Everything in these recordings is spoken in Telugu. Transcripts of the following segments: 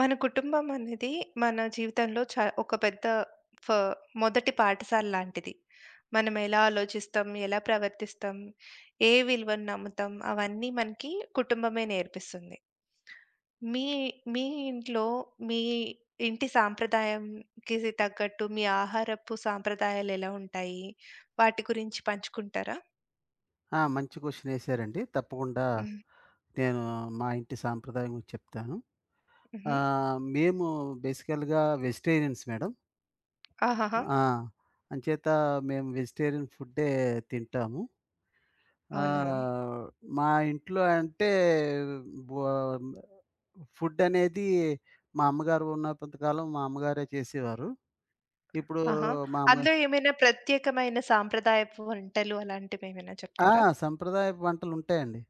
మన కుటుంబం అనేది మన జీవితంలో ఒక పెద్ద ఫ మొదటి పాఠశాల లాంటిది. మనం ఎలా ఆలోచిస్తాం, ఎలా ప్రవర్తిస్తాం, ఏ విలువను నమ్ముతాం అవన్నీ మనకి కుటుంబమే నేర్పిస్తుంది. మీ మీ ఇంట్లో మీ ఇంటి సాంప్రదాయంకి తగ్గట్టు మీ ఆహారపు సాంప్రదాయాలు ఎలా ఉంటాయి? వాటి గురించి పంచుకుంటారా? మంచి క్వెషనేసారండి. తప్పకుండా హ్మ్. నేను మా ఇంటి సాంప్రదాయం గురించి చెప్తాను. హుహు. మేము బేసికల్‌గా వెజిటేరియన్స్ మేడం. ఆహాహా! ఆ! అంచేత మేము వెజిటేరియన్ ఫుడ్డే తింటాము. అవునా? ఆహ్, మా ఇంట్లో అంటే బొ ఫుడ్డనేది మా అమ్మగారు ఉన్నంత కాలం మా అమ్మగారే చేసేవారు. ఇప్పుడు ఆహా! మా అమ్మ అందులో ఏమైనా ప్రత్యేకమైన సాంప్రదాయపు వంటలు అలాంటివేమైనా ఆ! చెప్తారా? సంప్రదాయపు వంటలుంటాయండి.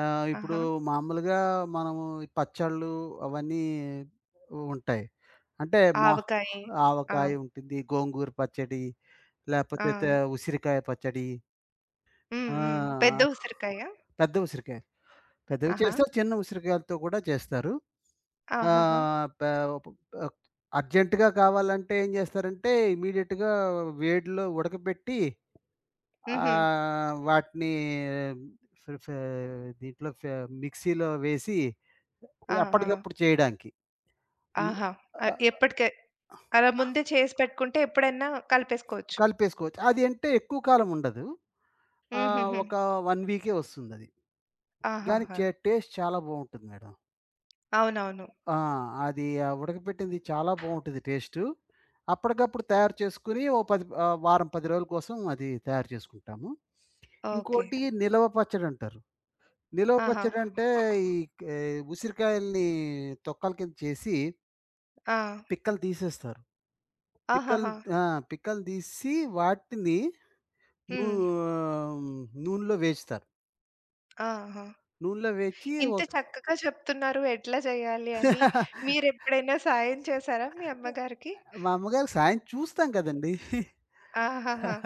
ఇప్పుడు ఆహా! మామూలుగా మనము పచ్చళ్ళు అవన్నీ ఉంటాయి. అంటే మా ఆవకాయ. ఆ! ఆవకాయ ఉంటుంది, గోంగూర పచ్చడి, ఆ! లేపోతే ఉసిరికాయ పచ్చడి. హ్మ్. హ్మ్. పెద్ద ఆ! ఉసిరికాయ? పెద్ద ఉసిరికాయ. పెద్దవి ఆహా! చేస్తారు, చిన్న ఉసిరికాయలతో కూడా చేస్తారు. ఆ! ఆహాహా! ప ప్ అర్జెంట్‌గా కావాలంటే ఏం చేస్తారంటే ఇమ్మీడియేట్‌గా వేడిలో ఉడకబెట్టి హుహు. వాటిని ఫ్ ఫ్ దీంట్లో ఫ్ మిక్సీలో వేసి ఆ! ఆ! అప్పటికప్పుడు చేయడానికి. ఈ ఆహా! ఆహ్, ఎప్పటికే అలా ముందే చేసి పెట్టుకుంటే ఎప్పుడైనా కలిపేసుకోవచ్చు. కలిపేసుకోవచ్చు. అది అంటే ఎక్కువ కాలం ఉండదు. హుహుహు. ఒక 1 వీకే వస్తుందది. గానీ ఆహాహా! టేస్ట్ చాలా బావుంటుంది మేడం. అవునవును. ఆ! అది ఆ ఉడకపెట్టింది చాలా బావుంటది టేస్టు. అప్పటికప్పుడు తయారు చేసుకొని ఓ 10 వారం, 10 రోజుల కోసం అది తయారు చేసుకుంటాము. ఓకే. ఇంకోటి నిలవ పచ్చడంటారు. నిలవ ఆహా! పచ్చడంటే ఈ కే ఉసిరికాయల్ని తొక్కల కింద చేసి ఆ! పిక్కలు తీసేస్తారు. పిక్కలు ఆహాహా! ఆ! పిక్కలు తీసి వాటిని నూ హ్మ్. నూనెలో వేస్తారు. ఆహా! నూనెలో వేచి ఇంత ఒక చక్కగా చెప్తున్నారు ఎట్లా చేయాలి అని. మీరెప్పుడైనా సాయం చేశారా మీ అమ్మగారికి? మా అమ్మగారికి సాయం చూస్తాం కదండీ! ఆహాహా!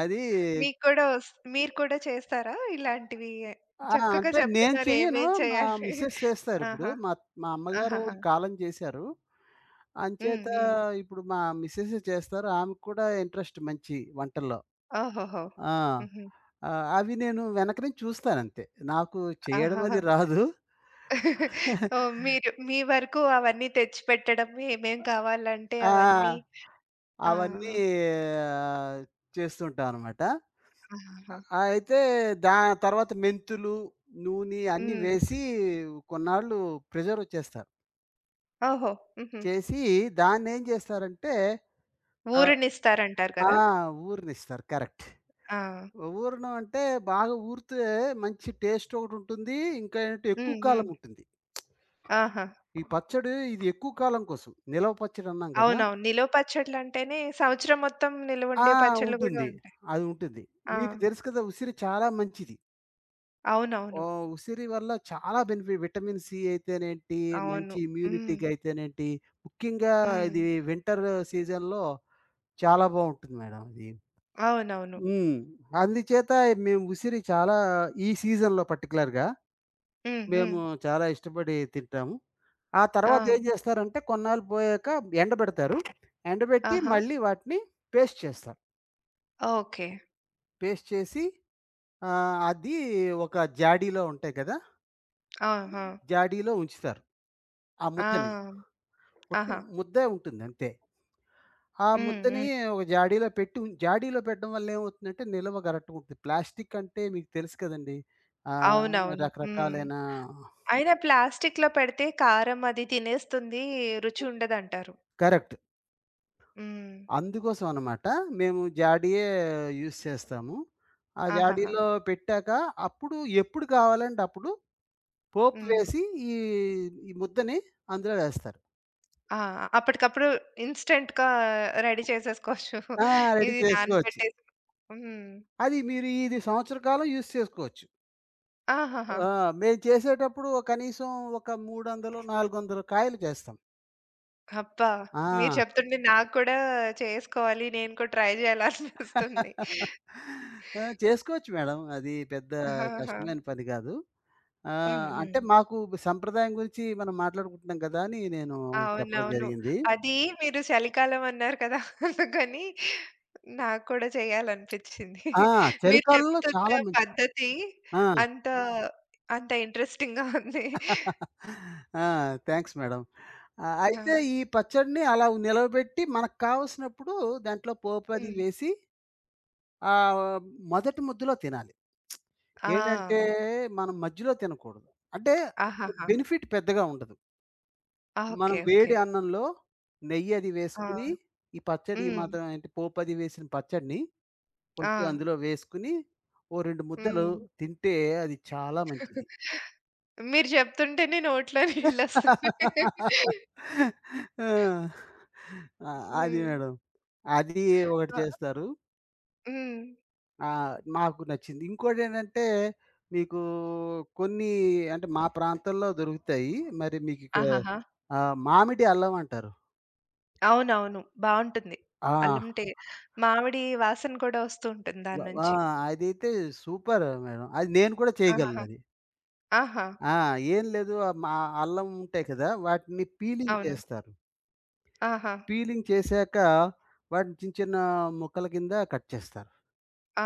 అది మీకు కూడా మీరు కూడా చేస్తారా ఇలాంటివి? చక్కగా అంటే నేను చెప్తున్నారు చెయ్యను. ఏమేం మా చేయాలి. మిసెస్ చేస్తారిప్పుడు. ఆహా! మా మా అమ్మగారు ఆహాహా! కాలం చేశారు. హ్మ్. అంచేత హ్మ్. ఇప్పుడు మా మిసెసే చేస్తారు. ఆమెకు కూడా ఇంట్రెస్ట్ మంచి వంటల్లో. ఓహోహో! ఆ! హుహు. అవి నేను వెనక నుంచి చూస్తానంతే. నాకు చేయడం అది ఆహాహా! రాదు. ఓహ్! మీరు మీ వరకు అవన్నీ తెచ్చిపెట్టడం ఏమేం కావాలంటే అవన్నీ. ఆ! ఆ! అవన్నీ ఆహ్, చేస్తుంటామనమాట. ఆహాహా! ఆ! అయితే దా తర్వాత మెంతులు, నూనె అన్నీ హ్మ్. వేసి కొన్నాళ్ళు ప్రిజర్వ్ చేస్తారు. ఓహో! హుహు. చేసి దాన్నేం చేస్తారంటే ఆ! ఊరనిస్తారంటారు ఆ! కదా! ఊరనిస్తారు. కరెక్ట్. ఆ! ఊరడం అంటే బాగా ఊరితే మంచి టేస్ట్ ఒకటుంటుంది. ఇంకా ఏంటంటే హ్మ్. ఎక్కువ హ్మ్. కాలం ఉంటుంది. ఆహా! ఈ పచ్చడి ఇది ఎక్కువ కాలం కోసం. నిలవ పచ్చడి అన్నాం కదా! అవునవును. నిలువ పచ్చడ్లంటేనే సంవత్సరం మొత్తం ఆ! నిలువుండే పచ్చళ్ళు గూడా ఉంటుంది. ఉంటాయి. అది ఉంటుంది. ఆ! మీకు తెలుసు కదా! ఉసిరి చాలా మంచిది. అవునవును. ఉసిరి వల్ల చాలా విటమిన్ సి అయితేనేంటి, మంచి అవును. హ్మ్. ఇమ్యూనిటీకి అయితేనేంటి, ముఖ్యంగా హ్మ్. ఇది వింటర్ సీజన్‌లో చాలా బావుంటుంది మేడం అది. అవునవును. హ్మ్. అందుచేత మేము ఉసిరి చాలా ఈ సీజన్‌లో పర్టిక్యులర్‌గా హ్మ్. హ్మ్. మేము చాలా ఇష్టపడి తింటాము. ఆ ఆ! తర్వాత ఏం చేస్తారంటే కొన్నాళ్ళు పోయాక ఎండబెడతారు. ఎండబెట్టి ఆహా! మళ్ళీ వాటిని పేస్ట్ చేస్తారు. ఓకే. పేస్ట్ చేసి అది ఒక జాడీలో ఉంటాయి కదా! ఆహా! జాడీలో ఉంచుతారు. ఆ ముద్దని. ఆ! పొట్టి ఆహా! ముద్దే ఉంటుంది అంతే. ఆ హ్మ్. ముద్దని హ్మ్. ఒక జాడీలో పెట్టి జాడీలో పెట్టడం వల్ల ఏమవుతుందంటే నిల్వ గరటుగా ఉంటుంది. ప్లాస్టిక్ అంటే మీకు తెలుసు కదండీ! ఆహ్, అవునవును. హ్మ్. రకరకాలైన అయినా ప్లాస్టిక్‌లో పెడితే కారం అది తినేస్తుంది. రుచి ఉండదంటారు. కరెక్ట్. హ్మ్. అందుకోసం అన్నమాట. మేము జాడీయే యూజ్ చేస్తాము. ఆ ఆహాహా! జాడీలో పెట్టాక అప్పుడు ఎప్పుడు కావాలంటే అప్పుడు పోపు హ్మ్. వేసి ఈ, ఈ ముద్దని అందులో వేస్తారు. ఆ! అప్పటికప్పుడు ఇన్‌స్టంట్‌గా రెడీ చేసేసుకోవచ్చు. ఆ! రెడీ ఇది చేసుకోవచ్చు. నానబెట్టేసి హ్మ్. అది మీరు ఇది సంవత్సర కాలం యూజ్ చేసుకోవచ్చు. ఆహాహా! ఆ! మేము చేసేటప్పుడు కనీసం ఒక 300, 400 కాయలు చేస్తాం. అబ్బా! మీరు ఆ! చెప్తుంటే నాకు కూడా చేసుకోవాలి. నేను కూడా ట్రై చేయాలనిపిస్తుంది. చేసుకోవచ్చు మేడం. అది పెద్ద ఆహాహా! కష్టమైన పని కాదు. హ్మ్. అంటే హ్మ్. మాకు సంప్రదాయం గురించి మనం మాట్లాడుకుంటున్నాం కదా! అని నేను చెప్పడం అవునవును. జరిగింది. అది మీరు చలికాలం అన్నారు కదా! అందుకని నాకు కూడా చేయాలనిపించింది. ఆ! మీరు చలికాలంలో చెప్తున్న చాలా పద్ధతి ఆ! అంత అంత ఇంట్రెస్టింగ్‌గా ఉంది. ఆ! Thanks madam. అయితే ఆ! ఈ పచ్చడిని అలా నిలవబెట్టి మనకు కావాల్సినప్పుడు దాంట్లో పోపు అది హ్మ్. వేసి ఆహ్, మొదటి ముద్దలో తినాలి. ఆ! ఏంటంటే, మనం మధ్యలో తినకూడదు. అంటే ఆహాహా! బెనిఫిట్ పెద్దగా ఉండదు. ఆ! మనం ఓకే. వేడి ఓకే. అన్నంలో నెయ్యి అది ఆ! వేసుకొని, ఈ పచ్చడి ఈ హ్మ్. మాత్రం ఏంటి పోపది వేసిన పచ్చడిని ఆ! కొంచెం అందులో వేసుకొని, ఓ 2 ముద్దలు హ్మ్. తింటే అది చాలా మంచిది. మీరు చెప్తుంటేనే నోట్లో నీళ్ళొస్తున్నాయి. ఆ! ఆ! అది హ్మ్. మేడం. అది ఒకటి ఆ! చేస్తారు. హ్మ్. ఆ! మాకు నచ్చింది. ఇంకోటేంటంటే, మీకు కొన్ని అంటే మా ప్రాంతంలో దొరుకుతాయి. మరి మీకిక్కడ ఆహాహా! మామిడి అల్లం అంటారు. అవునవును. బావుంటుంది. ఆ! అల్లం మామిడి వాసన కూడా వస్తూ ఉంటుంది వ దాని ఆ! నుంచి. అదైతే సూపర్ మేడం. అది నేను కూడా ఆహాహా! చేయగలనది. ఆహా! ఆ! ఏం లేదు మా అల్లం ఉంటాయి కదా! వాటిని పీలింగ్ అవును. చేస్తారు. ఆహా! పీలింగ్ చేశాక వాటిని చిన్న, చిన్న ముక్కల కింద కట్ చేస్తారు. ఆ!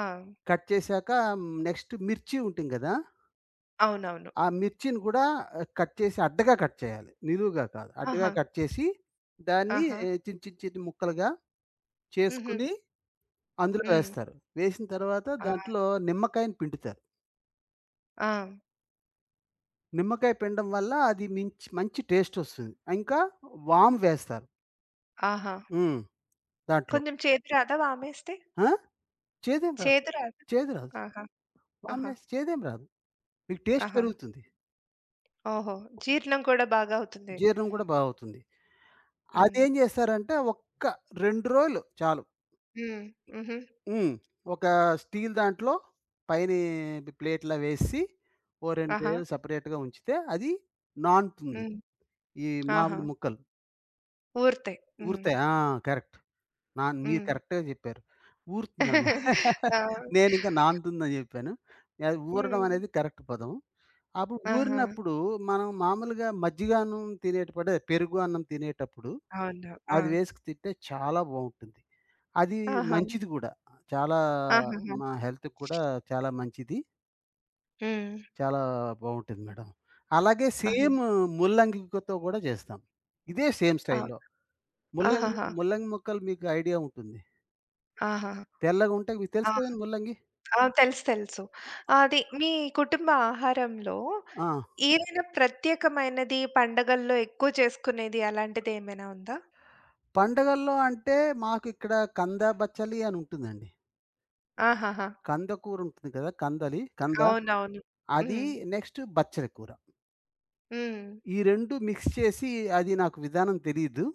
కట్ చేశాక నెక్స్ట్ మిర్చి ఉంటుంది గదా! అవునవును. ఆ మిర్చిని కూడా కట్ చేసి అడ్డగా కట్ చేయాలి. నిలువుగా కాదు. అడ్డగా ఆహా! కట్ చేసి దాన్ని ఆహా! చిన్న చిన్న చిన్న ముక్కలుగా హుహు. చేసుకొని అందులో హ్మ్. వేస్తారు. వేసిన తర్వాత ఆ! దాంట్లో నిమ్మకాయని పిండుతారు. ఆ! నిమ్మకాయ పిండడం వల్ల అది మించి మంచి టేస్ట్ వస్తుంది. ఇంకా వాము వేస్తారు. ఆహా! హ్మ్. దాంట్లో. కొంచెం చేదు రాదా వామేస్తే? ఆ! చేదేం రాదు. చేదు రాదా? చేదు రాదు. ఆహా! వాము ఆహా! వేస్తే చేదేం రాదు. మీకు టేస్ట్ ఆహా! పెరుగుతుంది. ఓహో! జీర్ణం కూడా బాగా అవుతుంది. జీర్ణం కూడా బావుతుంది. హ్మ్. అదేం చేస్తారంటే ఒక్క 2 రోజులు చాలు. హ్మ్. హుహు. హ్మ్. ఒక స్టీల్ దాంట్లో పైని ప్లేట్‌లా వేసి, ఓ 2 ఆహా! వేలు సెపరేట్‌గా ఉంచితే అది నానుతుంది. హ్మ్. ఈ ఆహా! మామిడి ముక్కలు. ఊరుతాయి. హ్మ్. ఊరుతాయి. కరెక్ట్. మీరు హ్మ్. కరెక్ట్‌గా చెప్పారు. ఊరుతుందనమాట. ఆ! నేనింకా నానుతుందని జెప్పాను. అది ఊరడం హ్మ్. అనేది కరెక్ట్ పదం. అప్పుడు ఆహా! ఊరినప్పుడు మనం మామూలుగా మజ్జిగ అన్నం తినేటప్పుడే పెరుగు అన్నం తినేటప్పుడు అవును. ఆ! అది వేసుకు తింటే చాలా బావుంటుంది. అది ఆహా! మంచిది గూడా. చాలా ఆహాహా! మా హెల్త్‌కి కూడా చాలా మంచిది. హ్మ్. చాలా బావుంటుంది మేడం. అలాగే ఆహా! సేమ్ ముల్లంగితో గూడా జేస్తాం. ఇదే సేమ్ ఆ! స్టైల్‌లో. ముల్లంగి ఆహాహా! ముల్లంగి ముక్కలు మీకు ఐడియా ఉంటుంది. ఆహాహా! తెల్లగుంటాయి. మీకు తెలుసు ఆ! కదండీ ముల్లంగి. ఆ! తెలుసు, తెలుసు. అది మీ కుటుంబ ఆహారంలో ఆ! ఏదైనా ప్రత్యేకమైనది పండగల్లో ఎక్కువ చేసుకునేది అలాంటిది ఏమైనా ఉందా? పండగల్లో అంటే మాకు ఇక్కడ కంద బచ్చలి అని ఉంటుందండి. ఆహాహా! కంద కూర ఉంటుంది కదా! కందలి కంద. అవునవును. అది హ్మ్. నెక్స్ట్ బచ్చలి కూర. హ్మ్. ఈ 2 మిక్స్ చేసి అది నాకు విధానం తెలీదు.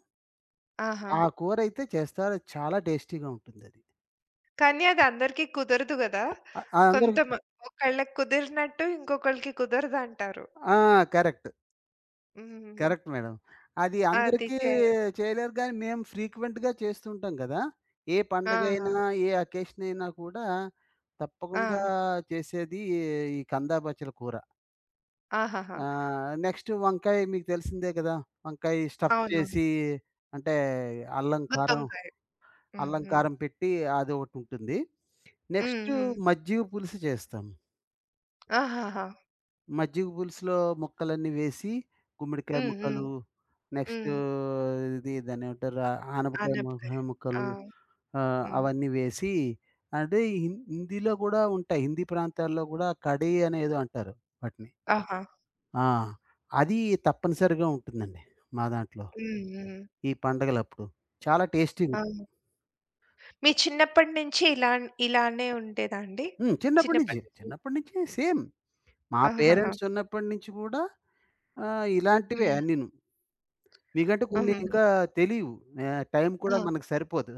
ఆహా! ఆ కూరైతే చేస్తారు. చాలా టేస్టీగా ఉంటుందది. కానీ అది అందరికీ కుదరదు గదా! అ అందరికి కొంతమ ఒకళ్ళకి కుదిరినట్టు ఇంకొకళ్ళకి కుదరదంటారు. అందరికి కరెక్ట్. హ్మ్. Correct madam. అది అది అందరికీ చే చేయలేరు గానీ, మేము ఫ్రీక్వెంట్‌గా చేస్తుంటాం గదా! ఏ ఆహా! పండగైనా, ఏ అకేషన్ అయినా కూడా ఆ! తప్పకుండా చేసేది ఈ కందా బచ్చల కూర. ఆహాహా! నెక్స్ట్ వంకాయ మీకు తెలిసిందే గదా! వంకాయ స్టఫ్ అవునవును. చేసి అంటే అల్లం, కారం గుత్తొంకాయ. హ్మ్. అల్లం, హ్మ్. కారం పెట్టి అదొకటుంటుంది. హ్మ్. నెక్స్ట్ హ్మ్. మజ్జిగ పులుసు చేస్తాం. ఆహాహా! మజ్జిగ పులుసులో ముక్కలన్నీ వేసి, గుమ్మడికాయ హ్మ్. హ్మ్. ముక్కలు, నెక్స్టు హ్మ్. ఇది దాన్నేమంటారు ఆనపకాయ ఆనపకాయ. ఆ! ముక్కలు హ్మ్. అవన్నీ వేసి అంటే హిందీలో గూడా ఉంటాయి. హిందీ ప్రాంతాల్లో గూడా కడీ అనేదో అంటారు వాటిని. ఆహా! ఆ! అది తప్పనిసరిగా ఉంటుందండి మా దాంట్లో. హ్మ్. హ్మ్. ఈ పండగలప్పుడు. చాలా టేస్టీగుంటుంది. అవును. మీ చిన్నప్పటి నుంచి ఇలానే ఉండేదా అండి? హ్మ్. చిన్నప్పటి నుంచి. చిన్నప్పటి నుంచి చిన్నప్పటి నుంచి సేమ్. మా ఆహాహా! పేరెంట్స్ ఉన్నప్పటి నుంచి గూడా ఇలాంటివే హ్మ్. అన్నీను. మీకంటే కొన్ని హుహు. ఇంకా తెలీవు. టైం కూడా ఆ! మనకు సరిపోదు.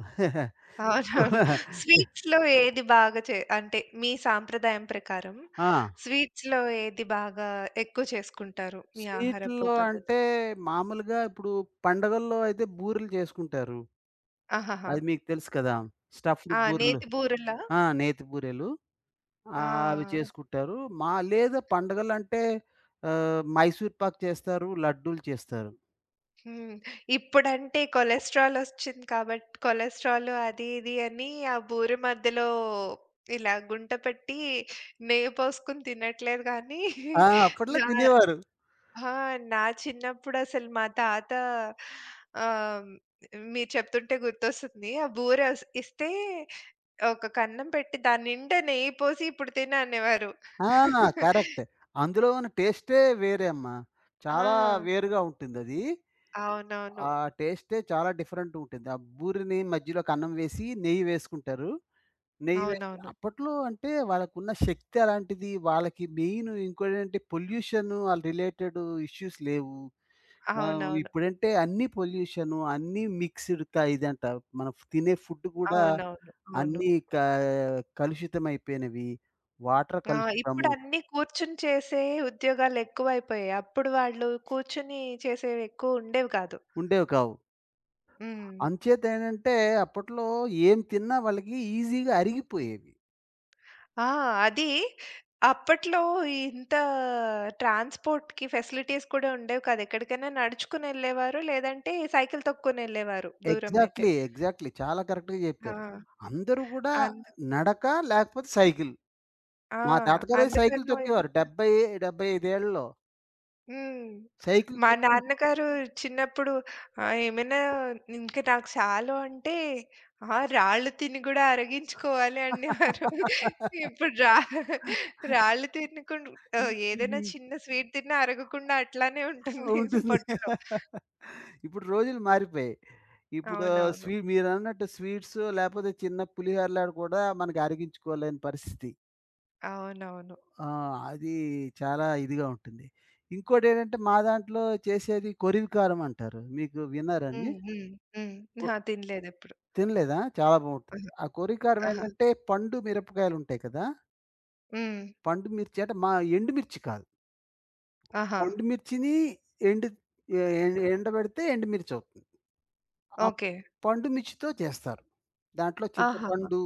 అవునవును. స్వీట్స్‌లో ఏది బాగా అంటే మీ సాంప్రదాయం ప్రకారం ఆ! స్వీట్స్‌లో ఏది బాగా ఎక్కువ చేసుకుంటారు? మీ ఆహారపు స్వీట్‌ల్లో అంటే పద్ధతులు? మామూలుగా ఇప్పుడు పండగల్లో అయితే బూరెలు చేసుకుంటారు. ఆహాహా! అది మీకు తెలుసు కదా! స్టఫ్డ్ ఆ! బూరెలు. నేతి బూరెలా? నేతి బూరెలు. అవి ఆ! చేసుకుంటారు. మా లేదా పండగలంటే మైసూర్ పాక్ చేస్తారు, లడ్డూలు చేస్తారు. హ్మ్. ఇప్పుడంటే కొలెస్ట్రాల్ ఒచ్చింది కాబట్టి కొలెస్ట్రాల్ అది ఇది అని ఆ బూరె మధ్యలో ఇలా గుంట పెట్టి నెయ్యి పోసుకొని తినట్లేదు గానీ అప్పట్లో నా తినేవారు. ఆ! నా చిన్నప్పుడసలు మా తాత, ఆహ్, మీరు చెప్తుంటే గుర్తొస్తుంది. ఆ బూరె ఇస్తే ఒక కన్నం పెట్టి దాని నిండా నెయ్యి పోసి ఇప్పుడు తిను అనేవారు. ఆ! కరెక్ట్. అందులో ఉన్న టేస్టే వేరే అమ్మా. ఆ! చాలా వేరుగా ఉంటుందది. అవునవును. ఆ టేస్టే చాలా డిఫరెంట్ ఉంటుంది. ఆ బూరిని మధ్యలోకి అన్నం వేసి నెయ్యి వేసుకుంటారు. నెయ్యి వేసి అవునవును. అప్పట్లో అంటే వాళ్ళకున్న శక్తి అలాంటిది. వాళ్ళకి మెయిన్ ఇంకోటేంటంటే పొల్యూషన్ ఆల్ రిలేటెడ్ ఇష్యూస్ లేవు. అవునవును. ఇప్పుడంటే అన్నీ పొల్యూషను, అన్నీ మిక్స్‌డ్ ఇదంట. మనం తినే ఫుడ్ కూడా అవునవును. అవును. అన్నీ కలుషితమైపోయినవి. వాటర్ ఆ! ఇప్పుడు కలుషితము అన్నీ కూర్చొని చేసే ఉద్యోగాలెక్కువైపోయాయి. అప్పుడు వాళ్ళు కూర్చొని చేసేవెక్కువ ఉండేవి కాదు. ఉండేవి కావు. హ్మ్. అంచేతేంటంటే అప్పట్లో ఏం తిన్నా వాళ్ళకి ఈజీగా అరిగిపోయేవి. ఆ! అది అప్పట్లో ఇంత ట్రాన్స్‌పోర్ట్‌కి ఫెసిలిటీస్ కూడా ఉండేవి కాదు. ఎక్కడికైనా నడుచుకొనెళ్ళేవారు. లేదంటే సైకిల్ తొక్కుకొనెళ్ళేవారు దూరమైతే. ఎగ్జాక్ట్‌లీ. ఎగ్జాక్ట్‌లీ. చాలా కరెక్ట్‌గా ఆ! చెప్పారు. అందరూ గూడా అందు నడక లేకపోతే సైకిల్. ఆ! మా తాతగారే సైకిల్ అందుకనో తొక్కేవారు. 70, 75 ఏళ్లలో హ్మ్. సైకిల్ మా తొక్కి నాన్నగారు చిన్నప్పుడు ఏమైనా ఇంక నాకు చాలు అంటే, "ఆ! రాళ్ళు తిని గూడా అరిగించుకోవాలి" అనేవారు. ఇప్పుడు రాళ్ళు తినకుండ ఇ ఇ ఏదైనా చిన్న స్వీట్ తిన్నా అరగకుండా అట్లానే ఉంటుంది ఉంటుంది. పొట్టలో. ఇప్పుడు రోజులు మారిపోయాయి. ఇప్పుడు అవునవును. మీరన్నట్టు స్వీట్స్ లేపోతే చిన్న పులిహోరలాట కూడా మనకి అరిగించుకోలేని పరిస్థితి. అవునవును. ఆ! అది చాలా ఇదిగా ఉంటుంది. ఇంకోటేంటంటే మా దాంట్లో చేసేది కొరివికారం అంటారు. మీకు విన్నారండి? హ్మ్. హ్మ్. హ్మ్. కొ అహా! తినలేదెప్పుడు. తినలేదా? చాలా బావుంటుంది. అహా! ఆ కొరివికారం ఆహా! ఏంటంటే పండు మిరపకాయలుంటాయి కదా! హ్మ్. పండు మిర్చి అంటే మా ఎండుమిర్చి కాదు. ఆహా! పండు మిర్చిని ఎండు ఎ ఎండ ఎండబెడితే ఎండుమిర్చి అవుతుంది. ఆ ఓకే. పండు మిర్చితో చేస్తారు. దాంట్లో ఆహాహా! చింతపండు,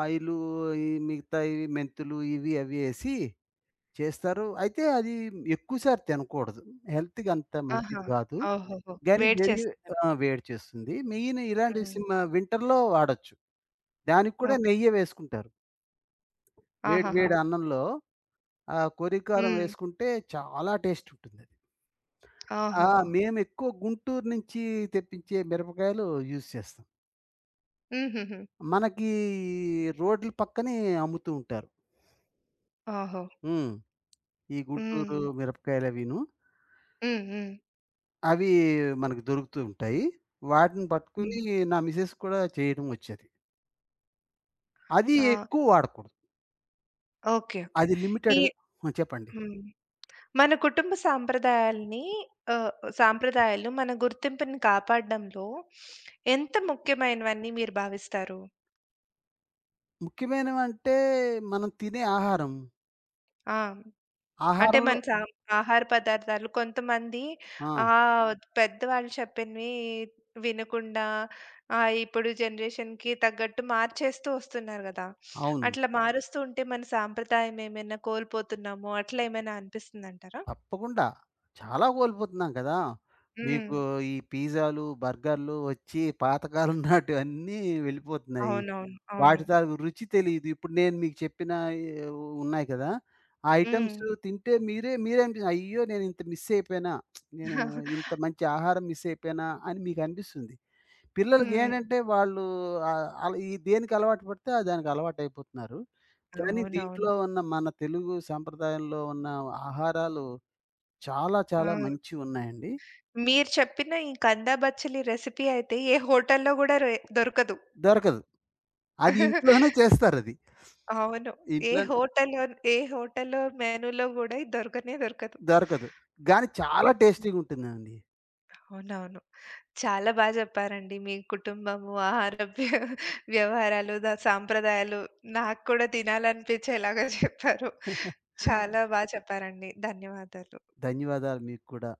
ఆయిలు, ఈ మిగతాయి మెంతులు ఇవి అవి చేస్తారు. అయితే అది ఎక్కువ సారి తినకూడదు. హెల్త్‌కి అంత ఆహా! మంచిది కాదు. ఓహోహో! గానీ వేడి చేస్తున్నాను. వేడి చేస్తుంది. మెయిన్ ఇలాంటి హ్మ్. వింటర్‌లో వాడొచ్చు. దానికి కూడా ఓకే. నెయ్యే వేసుకుంటారు. వేడి ఆహాహా! వేడి అన్నంలో ఆ కొరికారం హ్మ్. వేసుకుంటే చాలా టేస్ట్ ఉంటుందది. ఆ! ఓహోహో! మేమెక్కువ గుంటూరు నుంచి తెప్పించే మిరపకాయలు యూజ్ చేస్తాం. హుహుహు. మనకి రోడ్ల పక్కనే అమ్ముతూ ఉంటారు. ఓహో! హ్మ్. ఈ గుంటూరు హ్మ్. మిరపకాయలవిను. హ్మ్. హ్మ్. అవి మనకు దొరుకుతూ ఉంటాయి. వాటిని పట్టుకొని హ్మ్. నా మిసెస్ కూడా చేయడం వచ్చేది. అది ఆ! ఎక్కువ వాడకూడదు. ఓకే. ఓకే. అది ఈ లిమిటెడ్‌గా చెప్పండి. హ్మ్. మన కుటుంబ సాంప్రదాయాల్ని, ఆహ్, సాంప్రదాయాలు మన గుర్తింపుని కాపాడడంలో ఎంత ముఖ్యమైనవని మీరు భావిస్తారు? ముఖ్యమైనవంటే మనం తినే ఆహారం. ఆ! అంటే ఆహారంలో మన సా ఆహార పదార్థాలు కొంతమంది ఆ! ఆహ్, పెద్దవాళ్ళు చెప్పినవి వినకుండా, ఇప్పుడు జనరేషన్‌కి తగ్గట్టు మార్చేస్తూ వస్తున్నారు గదా! అవును. అట్లా మారుస్తూ ఉంటే మన సాంప్రదాయం ఏమైనా కోల్పోతున్నామో అట్లా ఏమైనా అనిపిస్తుందంటారా? తప్పకుండా. చాలా కోల్పోతున్నాం కదా! హ్మ్. మీకు ఈ పిజ్జాలు, బర్గర్‌లు వచ్చి పాతకాలం నాటివన్నీ వెళ్ళిపోతున్నాయి. అవునవును. అవును. వాటితో రుచి తెలీదు. ఇప్పుడు నేను మీకు చెప్పిన ఉన్నాయి కదా! ఆ హ్మ్. ఐటెమ్స్ తింటే మీరే మీరే అనిపిస్తుంది. అయ్యో! నేను ఇంత మిస్ అయిపోయానా? నేను ఇంత మంచి ఆహారం మిస్ అయిపోయానా? అని మీకు అనిపిస్తుంది. పిల్లలకి హ్మ్. ఏంటంటే వాళ్ళు ఆళ్ళు ఈ దేనికి అలవాటు పడితే ఆ దానికి అలవాటయిపోతున్నారు. కానీ దీంట్లో అవునవును. ఉన్న మన తెలుగు సాంప్రదాయంలో ఉన్న ఆహారాలు చాలా ఆ! చాలా మంచివున్నాయండి. మీరు చెప్పిన ఈ కందా బచ్చలి రెసిపీ అయితే ఏ హోటల్‌లో గూడా దొరకదు. దొరకదు. అది ఇంట్లోనే చేస్తారది. అవును. ఏ ఇంట్లో హోటల్‌లో ఏ హోటల్‌లో మెనూలో గూడా ఇది దొరకనే దొరకదు. దొరకదు. గానీ చాలా హ్మ్. టేస్టీగుంటుందండి. అవునవును. చాలా జెప్పారండి. మీ కుటుంబము, ఆహార వ్యవహారాలు, సాంప్రదాయాలు నాకు కూడా తినాలనిపించేలాగా చెప్పారు. చాలా చెప్పారండి. ధన్యవాదాలు. ధన్యవాదాలు మీకు కూడా.